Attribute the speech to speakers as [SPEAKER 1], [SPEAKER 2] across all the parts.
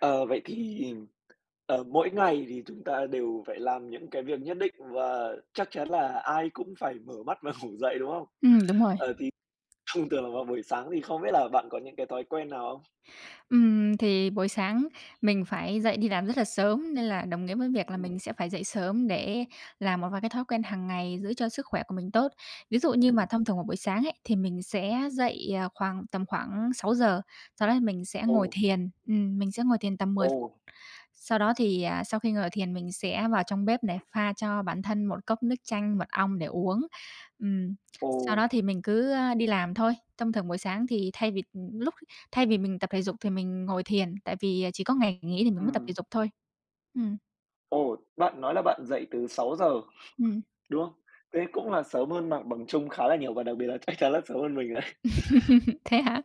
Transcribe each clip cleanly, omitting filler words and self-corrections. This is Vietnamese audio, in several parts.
[SPEAKER 1] Ờ, vậy thì, mỗi ngày thì chúng ta đều phải làm những cái việc nhất định và chắc chắn là ai cũng phải mở mắt và ngủ dậy, đúng không?
[SPEAKER 2] Đúng rồi.
[SPEAKER 1] Ờ, thì thông thường vào buổi sáng thì không biết là bạn có những cái thói quen nào không?
[SPEAKER 2] Thì buổi sáng mình phải dậy đi làm rất là sớm nên là đồng nghĩa với việc là
[SPEAKER 1] Ừm,
[SPEAKER 2] mình sẽ phải dậy sớm để làm một vài cái thói quen hàng ngày giữ cho sức khỏe của mình tốt. Ví dụ như mà
[SPEAKER 1] ừm.
[SPEAKER 2] thông thường vào buổi sáng ấy, thì mình sẽ dậy, khoảng tầm khoảng sáu giờ. Sau đó thì mình sẽ ngồi
[SPEAKER 1] Ồ,
[SPEAKER 2] thiền, mình sẽ ngồi thiền tầm 10
[SPEAKER 1] ồ,
[SPEAKER 2] phút. Sau đó thì, sau khi ngồi thiền mình sẽ vào trong bếp để pha cho bản thân một cốc nước chanh mật ong để uống. Ừm,
[SPEAKER 1] ồ,
[SPEAKER 2] Sau đó thì mình cứ, đi làm thôi. Thông thường buổi sáng thì lúc thay vì mình tập thể dục thì mình ngồi thiền, tại vì, chỉ có ngày nghỉ thì mình mới tập thể
[SPEAKER 1] ừm,
[SPEAKER 2] dục thôi. Ừm.
[SPEAKER 1] ồ, bạn nói là bạn dậy từ sáu giờ
[SPEAKER 2] Ừm.
[SPEAKER 1] đúng không? Thế cũng là sớm hơn mặt bằng chung khá là nhiều, và đặc biệt là chắc chắn là sớm hơn mình đấy.
[SPEAKER 2] Thế hả?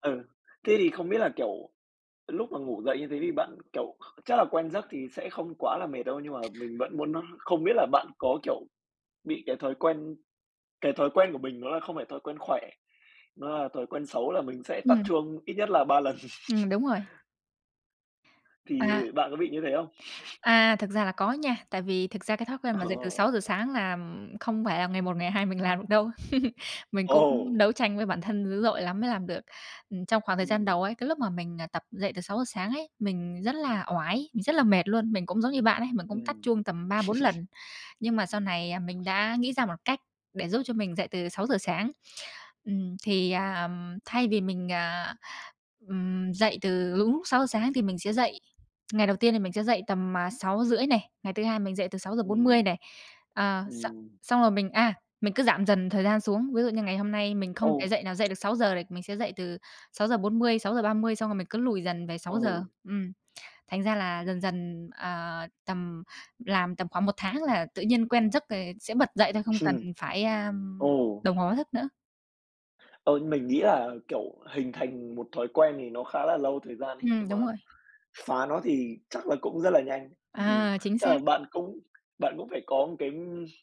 [SPEAKER 1] Ừ, thế thì không biết là, kiểu. Lúc mà ngủ dậy như thế thì bạn, kiểu, chắc là quen giấc thì sẽ không quá là mệt đâu, nhưng mà mình vẫn muốn không biết là bạn có, kiểu, bị cái thói quen của mình, nó là không phải thói quen khỏe, nó là thói quen xấu là mình sẽ tắt
[SPEAKER 2] Ừm,
[SPEAKER 1] chuông ít nhất là ba lần,
[SPEAKER 2] đúng rồi.
[SPEAKER 1] thì
[SPEAKER 2] À.
[SPEAKER 1] bạn có bị như thế không?
[SPEAKER 2] À, thực ra là có nha, tại vì thực ra cái thói quen mà dậy từ
[SPEAKER 1] Ờ.
[SPEAKER 2] sáu giờ sáng là không phải là ngày một ngày hai mình làm được đâu. Mình cũng
[SPEAKER 1] Ồ!
[SPEAKER 2] đấu tranh với bản thân dữ dội lắm mới làm được. Trong khoảng thời gian
[SPEAKER 1] Ừm,
[SPEAKER 2] đầu ấy, cái lúc mà mình, tập dậy từ sáu giờ sáng ấy, mình rất là oải, mình rất là mệt luôn. Mình cũng giống như bạn ấy, mình cũng tắt
[SPEAKER 1] ừm,
[SPEAKER 2] chuông tầm ba bốn lần, nhưng mà sau này, mình đã nghĩ ra một cách để giúp cho mình dậy từ sáu giờ sáng. Ừm, thì, à, Thay vì mình, dậy từ đúng lúc 6:00 sáng thì mình sẽ dậy ngày đầu tiên thì mình sẽ dậy tầm, sáu rưỡi này, ngày thứ hai mình dậy từ 6:40
[SPEAKER 1] ừm,
[SPEAKER 2] này. Ờ, x
[SPEAKER 1] ừm.
[SPEAKER 2] Xong rồi mình cứ giảm dần thời gian xuống, ví dụ như ngày hôm nay mình không
[SPEAKER 1] Ồ,
[SPEAKER 2] thể dậy được sáu giờ thì mình sẽ dậy từ sáu sáu giờ giờ bốn mươi sáu giờ ba mươi xong rồi mình cứ lùi dần về
[SPEAKER 1] ồ,
[SPEAKER 2] 6:00. Ừm, Thành ra là dần dần, tầm khoảng một tháng là tự nhiên quen giấc rồi sẽ bật dậy thôi, không
[SPEAKER 1] ừm,
[SPEAKER 2] cần phải,
[SPEAKER 1] ồ.
[SPEAKER 2] đồng hồ báo thức nữa.
[SPEAKER 1] Ờ, mình nghĩ là, kiểu, hình thành một thói quen thì nó khá là lâu thời gian ấy, nhưng mà
[SPEAKER 2] Đúng rồi.
[SPEAKER 1] phá nó thì chắc là cũng rất là nhanh, thì
[SPEAKER 2] À, chính
[SPEAKER 1] chắc là
[SPEAKER 2] xác.
[SPEAKER 1] bạn cũng phải có một cái,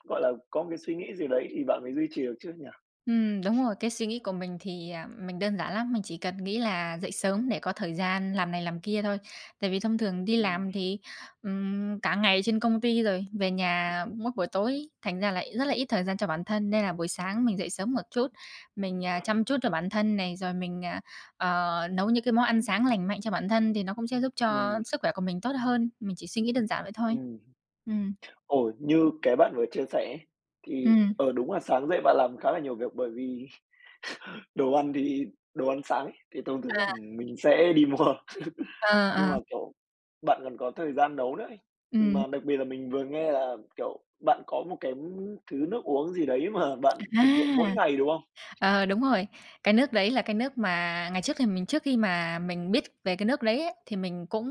[SPEAKER 1] gọi là, có một cái suy nghĩ gì đấy thì bạn mới duy trì được chứ nhỉ?
[SPEAKER 2] Đúng rồi, cái suy nghĩ của mình thì, mình đơn giản lắm, mình chỉ cần nghĩ là dậy sớm để có thời gian làm này làm kia thôi. Tại vì thông thường đi
[SPEAKER 1] Ừm,
[SPEAKER 2] làm thì, cả ngày trên công ty rồi, về nhà mỗi buổi tối, thành ra là rất là ít thời gian cho bản thân, nên là buổi sáng mình dậy sớm một chút, mình, chăm chút cho bản thân này, rồi mình, nấu những cái món ăn sáng lành mạnh cho bản thân thì nó cũng sẽ giúp cho
[SPEAKER 1] ừm,
[SPEAKER 2] sức khỏe của mình tốt hơn, mình chỉ suy nghĩ đơn giản vậy thôi.
[SPEAKER 1] ừm.
[SPEAKER 2] Ừm.
[SPEAKER 1] Ồ, như cái bạn vừa chia sẻ ấy, thì,
[SPEAKER 2] Ừm.
[SPEAKER 1] ờ, đúng là sáng dậy bạn làm khá là nhiều việc, bởi vì đồ ăn thì đồ ăn sáng ấy, thì thông thường là
[SPEAKER 2] À.
[SPEAKER 1] mình sẽ đi mua,
[SPEAKER 2] Ờ.
[SPEAKER 1] nhưng
[SPEAKER 2] Ờ.
[SPEAKER 1] mà, kiểu, bạn còn có thời gian nấu nữa ấy.
[SPEAKER 2] Ừm.
[SPEAKER 1] Mà đặc biệt là mình vừa nghe là, kiểu, bạn có một cái thứ nước uống gì đấy mà bạn thực hiện mỗi
[SPEAKER 2] À!
[SPEAKER 1] ngày, đúng không?
[SPEAKER 2] Ờ, đúng rồi. Cái nước đấy là cái nước mà ngày trước thì mình trước khi mà mình biết về cái nước đấy ấy, thì mình cũng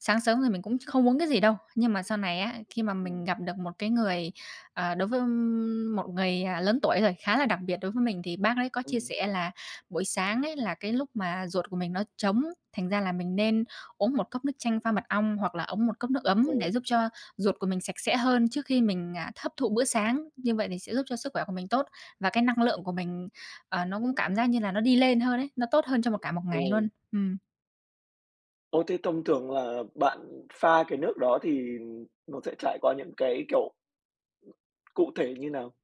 [SPEAKER 2] sáng sớm thì mình cũng không uống cái gì đâu. Nhưng mà sau này á, khi mà mình
[SPEAKER 1] Ừm,
[SPEAKER 2] gặp được một cái người, đối với một người, lớn tuổi rồi, khá là đặc biệt đối với mình thì bác ấy có chia
[SPEAKER 1] ừm.
[SPEAKER 2] sẻ là buổi sáng ấy là cái lúc mà ruột của mình nó trống, thành ra là mình nên uống một cốc nước chanh pha mật ong hoặc là uống một cốc nước ấm
[SPEAKER 1] Ồ,
[SPEAKER 2] để giúp cho ruột của mình sạch sẽ hơn trước khi mình, hấp thụ
[SPEAKER 1] ừm,
[SPEAKER 2] bữa sáng, như vậy thì sẽ giúp cho sức khỏe của mình tốt. Và cái năng lượng của mình, nó cũng cảm giác như là nó đi lên hơn ấy, nó tốt hơn cho cả một ngày luôn.
[SPEAKER 1] ồ.
[SPEAKER 2] Ừm.
[SPEAKER 1] Ô, thế thông thường là bạn pha cái nước đó thì nó sẽ trải qua những cái, kiểu, cụ thể như nào?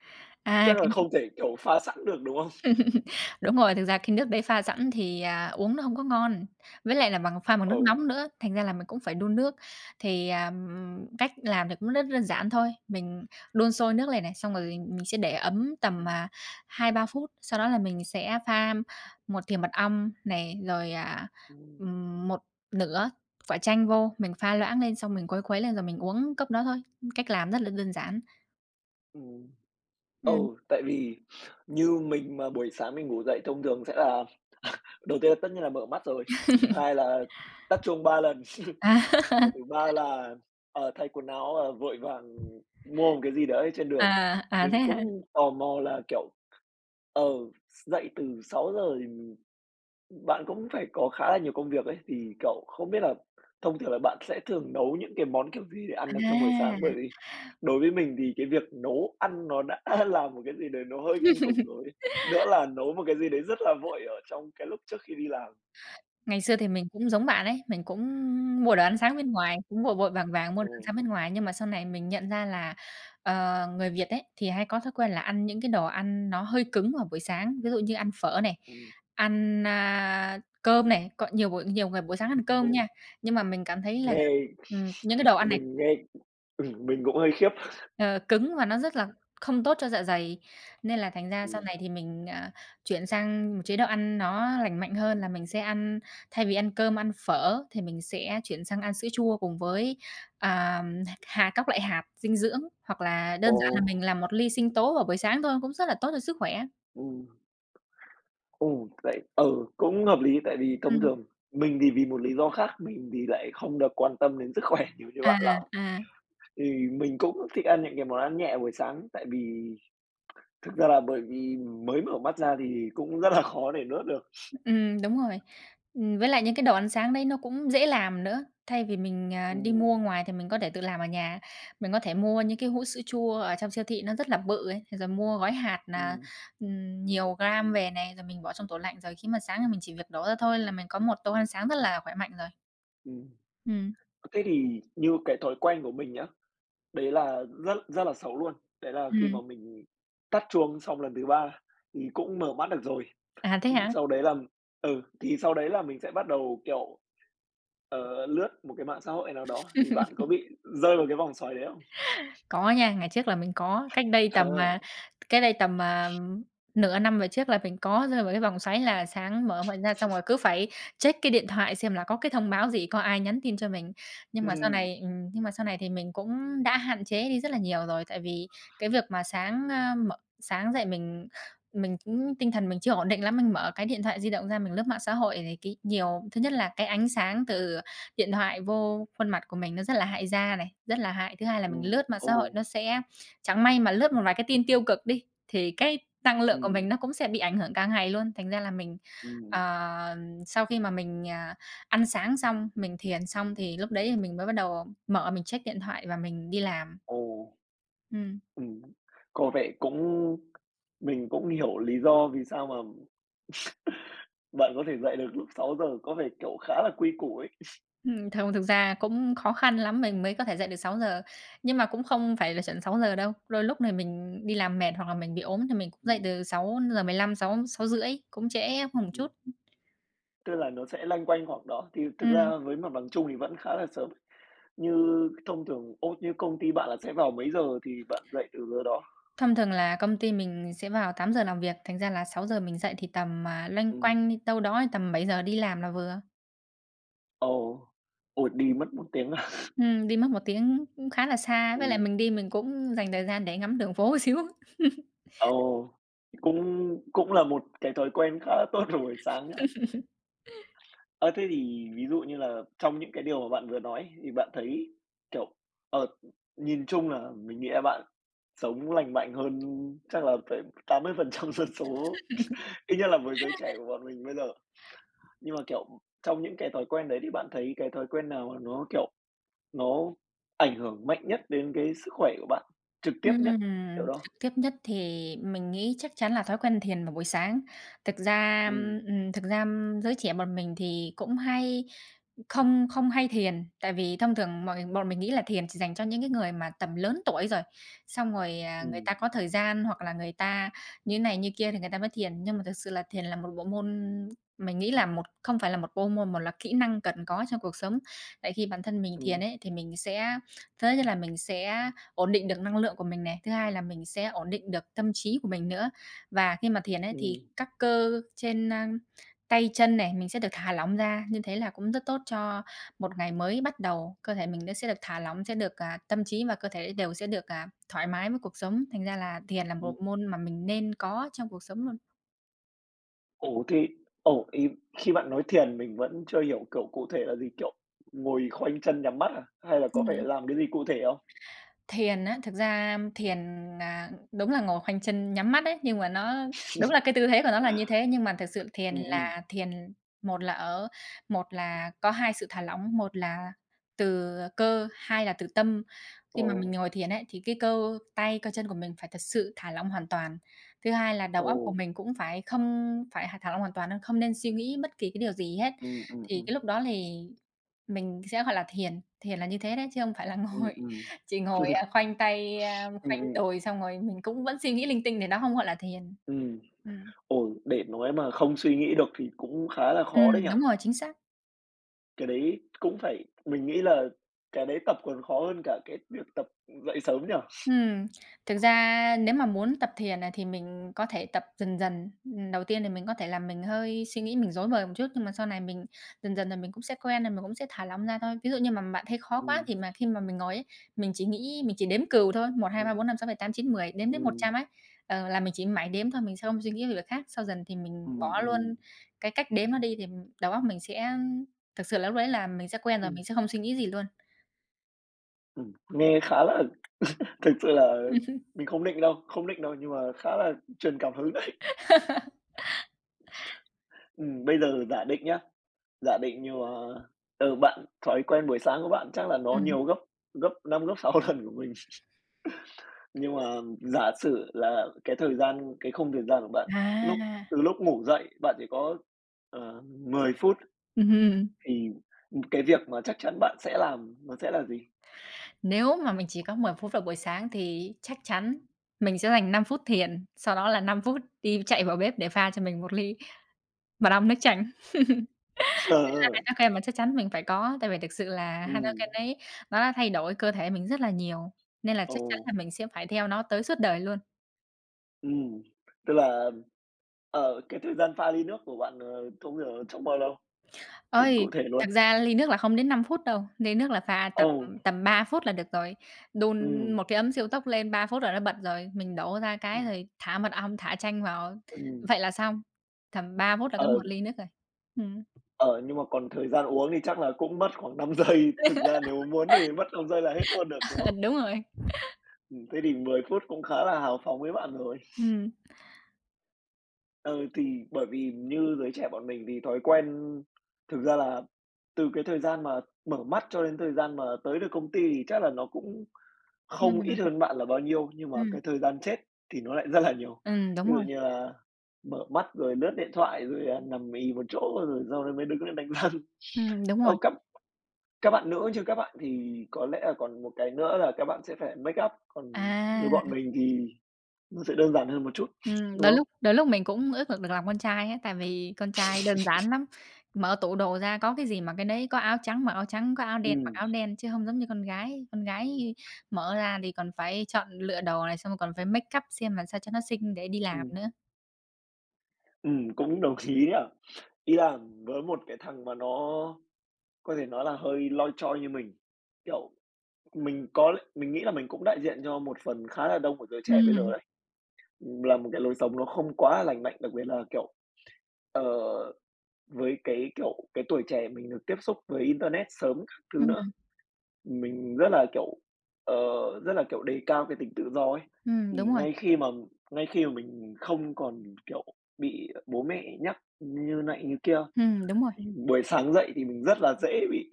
[SPEAKER 2] À,
[SPEAKER 1] Chắc là
[SPEAKER 2] cái
[SPEAKER 1] không thể, kiểu, pha sẵn được, đúng không?
[SPEAKER 2] Đúng rồi, thực ra cái nước đấy pha sẵn thì, uống nó hông có ngon, với lại là pha bằng nước
[SPEAKER 1] Ồ,
[SPEAKER 2] nóng nữa, thành ra là mình cũng phải đun nước. Cách làm thì cũng rất đơn giản thôi, mình đun sôi nước lên này, xong rồi mình sẽ để ấm tầm,
[SPEAKER 1] ừm,
[SPEAKER 2] à, 2-3 phút, sau đó là mình sẽ pha một thìa mật ong này, rồi, à,
[SPEAKER 1] ừm,
[SPEAKER 2] ừm, 1/2 quả chanh vô, mình pha loãng lên xong mình quấy lên rồi mình uống cốc đó thôi, cách làm rất là đơn giản.
[SPEAKER 1] ừm. Ừ,
[SPEAKER 2] Ừm.
[SPEAKER 1] tại vì như mình mà buổi sáng mình ngủ dậy thông thường sẽ là đầu tiên là tất nhiên là mở mắt rồi, thứ hai là tắt chuông 3 lần, và
[SPEAKER 2] À.
[SPEAKER 1] thứ ba là, ờ, thay quần áo, ờ, vội vàng mua một cái gì đấy trên đường.
[SPEAKER 2] À, à, thế
[SPEAKER 1] Mình
[SPEAKER 2] hả?
[SPEAKER 1] cũng tò mò là, kiểu, ừ, dậy từ 6:00 thì bạn cũng phải có khá là nhiều công việc ấy, thì, cậu không biết là thông thường là bạn sẽ thường nấu những cái món kiểu gì để ăn được trong buổi
[SPEAKER 2] À!
[SPEAKER 1] sáng? Bởi vì đối với mình thì cái việc nấu ăn nó đã là một cái gì đấy nó hơi kinh khủng rồi. Nữa là nấu một cái gì đấy rất là vội ở trong cái lúc trước khi đi làm.
[SPEAKER 2] Ngày xưa thì mình cũng giống bạn ấy, mình cũng mua đồ ăn sáng bên ngoài, cũng vội vội vàng vàng mua
[SPEAKER 1] Ờ,
[SPEAKER 2] đồ ăn sáng bên ngoài. Nhưng mà sau này mình nhận ra là, người Việt ấy, thì hay có thói quen là ăn những cái đồ ăn nó hơi cứng vào buổi sáng, ví dụ như ăn phở này,
[SPEAKER 1] ừ,
[SPEAKER 2] ăn, cơm này, có nhiều người buổi sáng ăn cơm
[SPEAKER 1] ừm,
[SPEAKER 2] nha. Nhưng mà mình cảm thấy là,
[SPEAKER 1] nghe
[SPEAKER 2] ừm, những cái đồ ăn này
[SPEAKER 1] mình nghe mình cũng hơi khiếp.
[SPEAKER 2] Ờ, cứng và nó rất là không tốt cho dạ dày, nên là thành ra sau
[SPEAKER 1] Ừm,
[SPEAKER 2] này thì mình, chuyển sang một chế độ ăn nó lành mạnh hơn là mình sẽ ăn thay vì ăn cơm, ăn phở thì mình sẽ chuyển sang ăn sữa chua cùng với, à, các loại hạt dinh dưỡng, hoặc là đơn
[SPEAKER 1] ồ,
[SPEAKER 2] giản là mình làm một ly sinh tố vào buổi sáng thôi cũng rất là tốt cho sức khỏe.
[SPEAKER 1] ừm. Ồ, vậy ừ, cũng hợp lý, tại vì thông
[SPEAKER 2] Ừm.
[SPEAKER 1] thường mình thì vì một lý do khác, mình thì lại không được quan tâm đến sức khỏe nhiều như
[SPEAKER 2] À.
[SPEAKER 1] bạn lắm.
[SPEAKER 2] À.
[SPEAKER 1] Thì mình cũng thích ăn những cái món ăn nhẹ buổi sáng, tại vì thực ra là bởi vì mới mở mắt ra thì cũng rất là khó để nuốt được.
[SPEAKER 2] Đúng rồi. Với lại những cái đồ ăn sáng đấy nó cũng dễ làm nữa, thay vì mình, đi mua
[SPEAKER 1] Ừm,
[SPEAKER 2] ngoài thì mình có thể tự làm ở nhà. Mình có thể mua những cái hũ sữa chua ở trong siêu thị nó rất là bự ấy, rồi mua gói hạt nà,
[SPEAKER 1] ừm,
[SPEAKER 2] ừm, nhiều gram về này, rồi mình bỏ trong tủ lạnh, rồi khi mà sáng thì mình chỉ việc đổ ra thôi là mình có một tô ăn sáng rất là khỏe mạnh rồi.
[SPEAKER 1] ừm.
[SPEAKER 2] Ừm.
[SPEAKER 1] Thế thì như cái thói quen của mình nhá, đấy là rất rất là xấu luôn, đấy là khi mà
[SPEAKER 2] Ừm.
[SPEAKER 1] mình tắt chuông xong lần thứ 3 thì cũng mở mắt được rồi,
[SPEAKER 2] À, thế
[SPEAKER 1] thì
[SPEAKER 2] hả?
[SPEAKER 1] sau đấy là ừ, thì sau đấy là mình sẽ bắt đầu, kiểu, ờ, lướt một cái mạng xã hội nào đó thì bạn có bị rơi vào cái vòng xoáy đấy không?
[SPEAKER 2] Có nha, ngày trước là mình có,
[SPEAKER 1] À,
[SPEAKER 2] cách đây tầm, nửa năm về trước là mình có rơi vào cái vòng xoáy là sáng mở mọi ra xong rồi cứ phải check cái điện thoại xem là có cái thông báo gì, có ai nhắn tin cho mình. Nhưng mà sau
[SPEAKER 1] ừm,
[SPEAKER 2] này nhưng mà sau này thì mình cũng đã hạn chế đi rất là nhiều rồi, tại vì cái việc mà sáng, mở sáng dậy mình cũng tinh thần mình chưa ổn định lắm, mình mở cái điện thoại di động ra mình lướt mạng xã hội thì cái nhiều thứ nhất là cái ánh sáng từ điện thoại vô khuôn mặt của mình nó rất là hại da này, rất là hại. Thứ hai là mình lướt mạng xã hội nó
[SPEAKER 1] ồ,
[SPEAKER 2] sẽ chẳng may mà lướt một vài cái tin tiêu cực đi, thì cái năng lượng của
[SPEAKER 1] ừm,
[SPEAKER 2] mình nó cũng sẽ bị ảnh hưởng cả ngày luôn. Thành ra là mình,
[SPEAKER 1] ừm,
[SPEAKER 2] ờ, sau khi mà mình, ăn sáng xong, mình thiền xong thì lúc đấy thì mình mới bắt đầu mở mình check điện thoại và mình đi làm.
[SPEAKER 1] ồ,
[SPEAKER 2] Ừm.
[SPEAKER 1] ừm. Có vẻ cũng mình cũng hiểu lý do vì sao mà bạn có thể dậy được lúc sáu giờ có vẻ, kiểu, khá là quy củ ấy.
[SPEAKER 2] Không, thực ra cũng khó khăn lắm mình mới có thể dậy được sáu giờ nhưng mà cũng không phải là chuẩn sáu giờ đâu. Đôi lúc này mình đi làm mệt hoặc là mình bị ốm thì mình cũng dậy
[SPEAKER 1] Ừm,
[SPEAKER 2] từ sáu giờ mười lăm sáu sáu rưỡi cũng trễ hơn một
[SPEAKER 1] ừm,
[SPEAKER 2] chút.
[SPEAKER 1] tức là nó sẽ loanh quanh khoảng đó, thì thực
[SPEAKER 2] Ừm,
[SPEAKER 1] ra với mặt bằng chung thì vẫn khá là sớm. Như thông thường ô, như công ty bạn là sẽ vào mấy giờ thì bạn dậy từ giờ đó?
[SPEAKER 2] Thông thường là công ty mình sẽ vào tám giờ làm việc, thành ra là sáu giờ mình dậy thì tầm, loanh
[SPEAKER 1] Ừm,
[SPEAKER 2] quanh đi đâu đó thì tầm bảy giờ đi làm là vừa.
[SPEAKER 1] ồ, ôi, đi mất một tiếng à?
[SPEAKER 2] Đi mất một tiếng cũng khá là xa, với lại mình đi mình cũng dành thời gian để ngắm đường phố một xíu.
[SPEAKER 1] Ồ, cũng cũng là một cái thói quen khá là tốt vào buổi sáng nhỉ? Ơ, thế thì ví dụ như là trong những cái điều mà bạn vừa nói ấy, thì bạn thấy, kiểu, ờ, nhìn chung là mình nghĩ là bạn sống lành mạnh hơn chắc là phải 80% dân số, ít nhất là với giới trẻ của bọn mình bây giờ. Nhưng mà, kiểu, trong những cái thói quen đấy thì bạn thấy cái thói quen nào mà nó, kiểu, nó ảnh hưởng mạnh nhất đến cái sức khỏe của bạn, trực tiếp nhất,
[SPEAKER 2] Ừm,
[SPEAKER 1] kiểu đó?
[SPEAKER 2] Trực tiếp nhất thì mình nghĩ chắc chắn là thói quen thiền vào buổi sáng. Thực ra,
[SPEAKER 1] Ừ,
[SPEAKER 2] Thực ra giới trẻ bọn mình thì cũng hay không không hay thiền, tại vì thông thường bọn mình nghĩ là thiền chỉ dành cho những cái người mà tầm lớn tuổi rồi, xong rồi,
[SPEAKER 1] ừ,
[SPEAKER 2] người ta có thời gian hoặc là người ta như này như kia thì người ta mới thiền. Nhưng mà thực sự là thiền là một bộ môn mình nghĩ là không phải là một bộ môn mà là kỹ năng cần có trong cuộc sống. Tại khi bản thân mình thiền
[SPEAKER 1] ừ,
[SPEAKER 2] ấy, thì mình sẽ thứ nhất là mình sẽ ổn định được năng lượng của mình này, thứ hai là mình sẽ ổn định được tâm trí của mình nữa. Và khi mà thiền ấy thì
[SPEAKER 1] ừ.
[SPEAKER 2] các cơ trên, tay chân này, mình sẽ được thả lỏng ra, như thế là cũng rất tốt cho một ngày mới bắt đầu. Cơ thể mình nó sẽ được thả lỏng, sẽ được, tâm trí và cơ thể đều sẽ được, thoải mái với cuộc sống, thành ra là thiền là một
[SPEAKER 1] Ừm.
[SPEAKER 2] môn mà mình nên có trong cuộc sống luôn.
[SPEAKER 1] Ồ, thì ồ, ý khi bạn nói thiền mình vẫn chưa hiểu, kiểu, cụ thể là gì, kiểu, ngồi khoanh chân nhắm mắt à? Hay là có phải
[SPEAKER 2] Ừm.
[SPEAKER 1] làm cái gì cụ thể không?
[SPEAKER 2] Thiền á, thực ra thiền, đúng là ngồi khoanh chân nhắm mắt ấy, nhưng mà nó đúng là cái tư thế của nó là như thế, nhưng mà thực sự thiền
[SPEAKER 1] Ừm, ừm.
[SPEAKER 2] là thiền một là ở một là có hai sự thả lỏng, một là từ cơ, hai là từ tâm. Khi
[SPEAKER 1] Ồ,
[SPEAKER 2] mà mình ngồi thiền ấy, thì cái cơ tay, cơ chân của mình phải thật sự thả lỏng hoàn toàn. Thứ hai là đầu óc của
[SPEAKER 1] ồ.
[SPEAKER 2] mình cũng phải không phải h thả lỏng hoàn toàn, không nên suy nghĩ bất kỳ cái điều gì hết.
[SPEAKER 1] Ừm, ừm,
[SPEAKER 2] Thì cái
[SPEAKER 1] ừm.
[SPEAKER 2] lúc đó thì mình sẽ, gọi là, thiền, thiền là như thế đấy, chứ không phải là ngồi
[SPEAKER 1] Ừm, ừm.
[SPEAKER 2] chị ngồi, a, khoanh tay,
[SPEAKER 1] Ừm,
[SPEAKER 2] khoanh
[SPEAKER 1] ừm,
[SPEAKER 2] đùi xong rồi mình cũng vẫn suy nghĩ linh tinh thì nó không gọi là thiền.
[SPEAKER 1] ừm.
[SPEAKER 2] Ừm.
[SPEAKER 1] Ồ, để nói mà không suy nghĩ được thì cũng khá là khó đấy nhỉ?
[SPEAKER 2] Đúng rồi, chính xác.
[SPEAKER 1] Cái đấy cũng phải mình nghĩ là cái đấy tập còn khó hơn cả cái việc tập dậy sớm nhỉ?
[SPEAKER 2] Ừm, thực ra nếu mà muốn tập thiền này thì mình có thể tập dần dần. Đầu tiên thì mình có thể làm mình hơi suy nghĩ mình rối bời một chút, nhưng mà sau này mình dần dần là mình cũng sẽ quen, rồi mình cũng sẽ thả lỏng ra thôi. Ví dụ như mà bạn thấy khó quá
[SPEAKER 1] Ừm,
[SPEAKER 2] thì mà khi mà mình ngồi ấy, mình chỉ nghĩ mình chỉ đếm cừu thôi, một hai
[SPEAKER 1] ừm,
[SPEAKER 2] 3 4 5 6 7 8 9 10 đếm đến một
[SPEAKER 1] ừm,
[SPEAKER 2] trăm ấy. Ờ, là mình chỉ mãi đếm thôi, mình sẽ không suy nghĩ về việc khác. Sau dần thì mình
[SPEAKER 1] ừm,
[SPEAKER 2] bỏ luôn
[SPEAKER 1] ừm.
[SPEAKER 2] cái cách đếm nó đi thì đầu óc mình sẽ thực sự là lúc đấy là mình sẽ quen rồi,
[SPEAKER 1] Ừm.
[SPEAKER 2] mình sẽ không suy nghĩ gì luôn.
[SPEAKER 1] Nghe khá là thực sự là mình không định đâu, không định đâu, nhưng mà khá là truyền cảm hứng đấy. Bây giờ giả định nhá, giả định như mà ở bạn thói quen buổi sáng của bạn chắc là nó
[SPEAKER 2] Ừm.
[SPEAKER 1] nhiều gấp gấp 5 gấp 6 lần của mình. Nhưng mà giả sử là cái thời gian cái khung thời gian của bạn lúc
[SPEAKER 2] À.
[SPEAKER 1] từ lúc ngủ dậy bạn chỉ có, ờ, 10 phút
[SPEAKER 2] Ừm.
[SPEAKER 1] thì, cái việc mà chắc chắn bạn sẽ làm nó sẽ là gì?
[SPEAKER 2] Nếu mà mình chỉ có 10 phút vào buổi sáng thì chắc chắn mình sẽ dành 5 phút thiền, sau đó là 5 phút đi chạy vào bếp để pha cho mình một ly mật ong nước chanh. Là
[SPEAKER 1] Ờ,
[SPEAKER 2] Heineken mà chắc chắn mình phải có, tại vì thực sự là
[SPEAKER 1] ừm,
[SPEAKER 2] Heineken ấy, nó đã thay đổi cơ thể mình rất là nhiều, nên là
[SPEAKER 1] ồ,
[SPEAKER 2] chắc chắn là mình sẽ phải theo nó tới suốt đời luôn.
[SPEAKER 1] ừm, tức là ờ, cái thời gian pha ly nước của bạn, ờ, trong bao lâu? Tính
[SPEAKER 2] Ơi
[SPEAKER 1] cụ thể luôn.
[SPEAKER 2] thật ra ly nước là không đến 5 phút đâu, ly nước là pha
[SPEAKER 1] Ồ,
[SPEAKER 2] tầm tầm 3 phút là được rồi. Đun
[SPEAKER 1] ừm,
[SPEAKER 2] một cái ấm siêu tốc lên 3 phút rồi nó bật rồi, mình đổ ra cái
[SPEAKER 1] ừm,
[SPEAKER 2] rồi thả mật ong, thả chanh vào,
[SPEAKER 1] ừm,
[SPEAKER 2] vậy là xong. Tầm 3 phút là có
[SPEAKER 1] ờ,
[SPEAKER 2] một ly nước rồi. Ừm,
[SPEAKER 1] ờ, nhưng mà còn thời gian uống thì chắc là cũng mất khoảng 5 giây, thực ra nếu muốn thì mất 5 giây là hết luôn được, đúng không?
[SPEAKER 2] đúng rồi.
[SPEAKER 1] Thế thì 10 phút cũng khá là hào phóng với bạn rồi.
[SPEAKER 2] Ừm,
[SPEAKER 1] Ừ, thì bởi vì như giới trẻ bọn mình thì thói quen thực ra là từ cái thời gian mà mở mắt cho đến thời gian mà tới được công ty thì chắc là nó cũng không ít
[SPEAKER 2] ừm,
[SPEAKER 1] hơn bạn là bao nhiêu, nhưng mà
[SPEAKER 2] ừm,
[SPEAKER 1] cái thời gian chết thì nó lại rất là nhiều.
[SPEAKER 2] đúng
[SPEAKER 1] Ví dụ
[SPEAKER 2] rồi,
[SPEAKER 1] như là mở mắt rồi lướt điện thoại, rồi, à, nằm ì một chỗ rồi sau đó mới đứng lên đánh răng.
[SPEAKER 2] đúng rồi.
[SPEAKER 1] Ô, các bạn nữ chứ các bạn thì có lẽ là còn một cái nữa là các bạn sẽ phải make up, còn với
[SPEAKER 2] À.
[SPEAKER 1] bọn mình thì nó sẽ đơn giản hơn một chút, đúng
[SPEAKER 2] Đôi
[SPEAKER 1] không?
[SPEAKER 2] lúc đôi lúc mình cũng ước được được làm con trai á, tại vì con trai đơn giản lắm, mở tủ đồ ra có cái gì mặc cái đấy, có áo trắng mặc áo trắng, có áo đen mặc
[SPEAKER 1] Ừm,
[SPEAKER 2] áo đen, chứ không giống như con gái. Con gái mở ra thì còn phải chọn lựa đồ này, xong rồi còn phải make up xem làm sao cho nó xinh để đi làm
[SPEAKER 1] ừm,
[SPEAKER 2] nữa.
[SPEAKER 1] cũng đồng ý nhỉ. Ý là với một cái thằng mà nó có thể nói là hơi loi choi như mình, kiểu. Mình có mình nghĩ là mình cũng đại diện cho một phần khá là đông của giới trẻ bây giờ
[SPEAKER 2] Ừm,
[SPEAKER 1] đấy, là một cái lối sống nó không quá là lành mạnh, đặc biệt là, kiểu, ờ, với cái, kiểu, cái tuổi trẻ mình được tiếp xúc với internet sớm các thứ nữa.
[SPEAKER 2] ừm,
[SPEAKER 1] Mình rất là, kiểu, ờ, rất là, kiểu, đề cao cái tính tự do ấy, thì
[SPEAKER 2] đúng rồi,
[SPEAKER 1] ngay khi mà mình không còn, kiểu, bị bố mẹ nhắc như này như kia,
[SPEAKER 2] đúng rồi,
[SPEAKER 1] thì buổi sáng dậy thì mình rất là dễ bị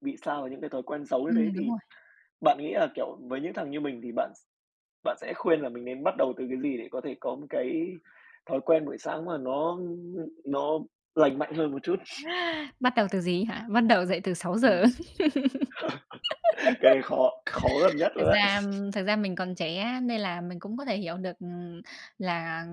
[SPEAKER 1] sa vào những cái thói quen xấu như thế.
[SPEAKER 2] đúng
[SPEAKER 1] Thì
[SPEAKER 2] rồi.
[SPEAKER 1] bạn nghĩ là, kiểu, với những thằng như mình thì bạn. Bạn sẽ khuyên là mình nên bắt đầu từ cái gì để có thể có một cái thói quen buổi sáng mà nó lành mạnh hơn một chút?
[SPEAKER 2] Bắt đầu từ gì hả? Bắt đầu dậy từ 6 giờ.
[SPEAKER 1] Ừm, cái này khó khó gần nhất rồi
[SPEAKER 2] Thực
[SPEAKER 1] đấy.
[SPEAKER 2] ra thực ra mình còn trẻ á, nên là mình cũng có thể hiểu được, là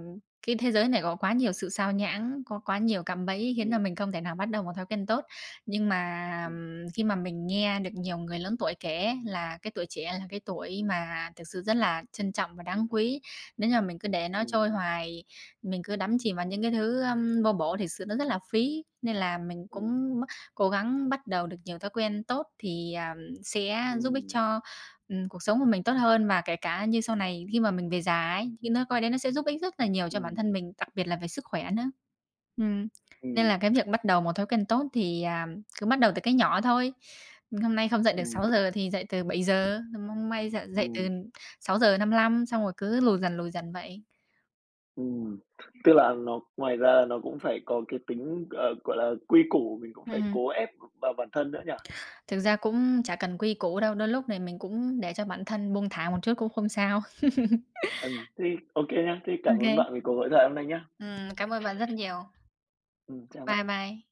[SPEAKER 2] cái thế giới này có quá nhiều sự xao nhãng, có quá nhiều cạm bẫy khiến là
[SPEAKER 1] Ừm,
[SPEAKER 2] mình không thể nào bắt đầu một thói quen tốt. Nhưng mà,
[SPEAKER 1] ừm,
[SPEAKER 2] khi mà mình nghe được nhiều người lớn tuổi kể là cái tuổi trẻ là cái tuổi mà thực sự rất là trân trọng và đáng quý, nếu như mà mình cứ để nó
[SPEAKER 1] ừm,
[SPEAKER 2] trôi hoài, mình cứ đắm chìm vào những cái thứ, vô bổ thì sự nó rất là phí. Nên là mình
[SPEAKER 1] ừm,
[SPEAKER 2] cũng cố gắng bắt đầu được nhiều thói quen tốt thì, sẽ giúp ích
[SPEAKER 1] ừm,
[SPEAKER 2] cho cuộc sống của mình tốt hơn và kể cả như sau này khi mà mình về già ấy, thì nó coi đấy nó sẽ giúp ích rất là nhiều cho bản
[SPEAKER 1] ừm,
[SPEAKER 2] thân mình, đặc biệt là về sức khỏe nữa. Ừm, nên
[SPEAKER 1] ừm,
[SPEAKER 2] là cái việc bắt đầu một thói quen tốt thì, cứ bắt đầu từ cái nhỏ thôi. Hôm nay không dậy được
[SPEAKER 1] ừm,
[SPEAKER 2] 6 giờ thì dậy từ 7 giờ, hôm nay dậy dậy từ
[SPEAKER 1] ừm,
[SPEAKER 2] 6 giờ 55 xong rồi cứ lùi dần vậy.
[SPEAKER 1] ừm. Tức là nó ngoài ra là nó cũng phải có cái tính, ờ, gọi là, quy củ, mình cũng phải
[SPEAKER 2] Ừm,
[SPEAKER 1] cố ép vào bản thân nữa nhỉ?
[SPEAKER 2] thực ra cũng chả cần quy củ đâu, đôi lúc này mình cũng để cho bản thân buông thả một chút cũng không sao.
[SPEAKER 1] Thế ô nhá, thế cảm ơn bạn
[SPEAKER 2] OK.
[SPEAKER 1] vì cuộc hội thoại hôm nay nhá.
[SPEAKER 2] Cảm ơn bạn rất nhiều.
[SPEAKER 1] Chào
[SPEAKER 2] Bye
[SPEAKER 1] bạn.
[SPEAKER 2] bye.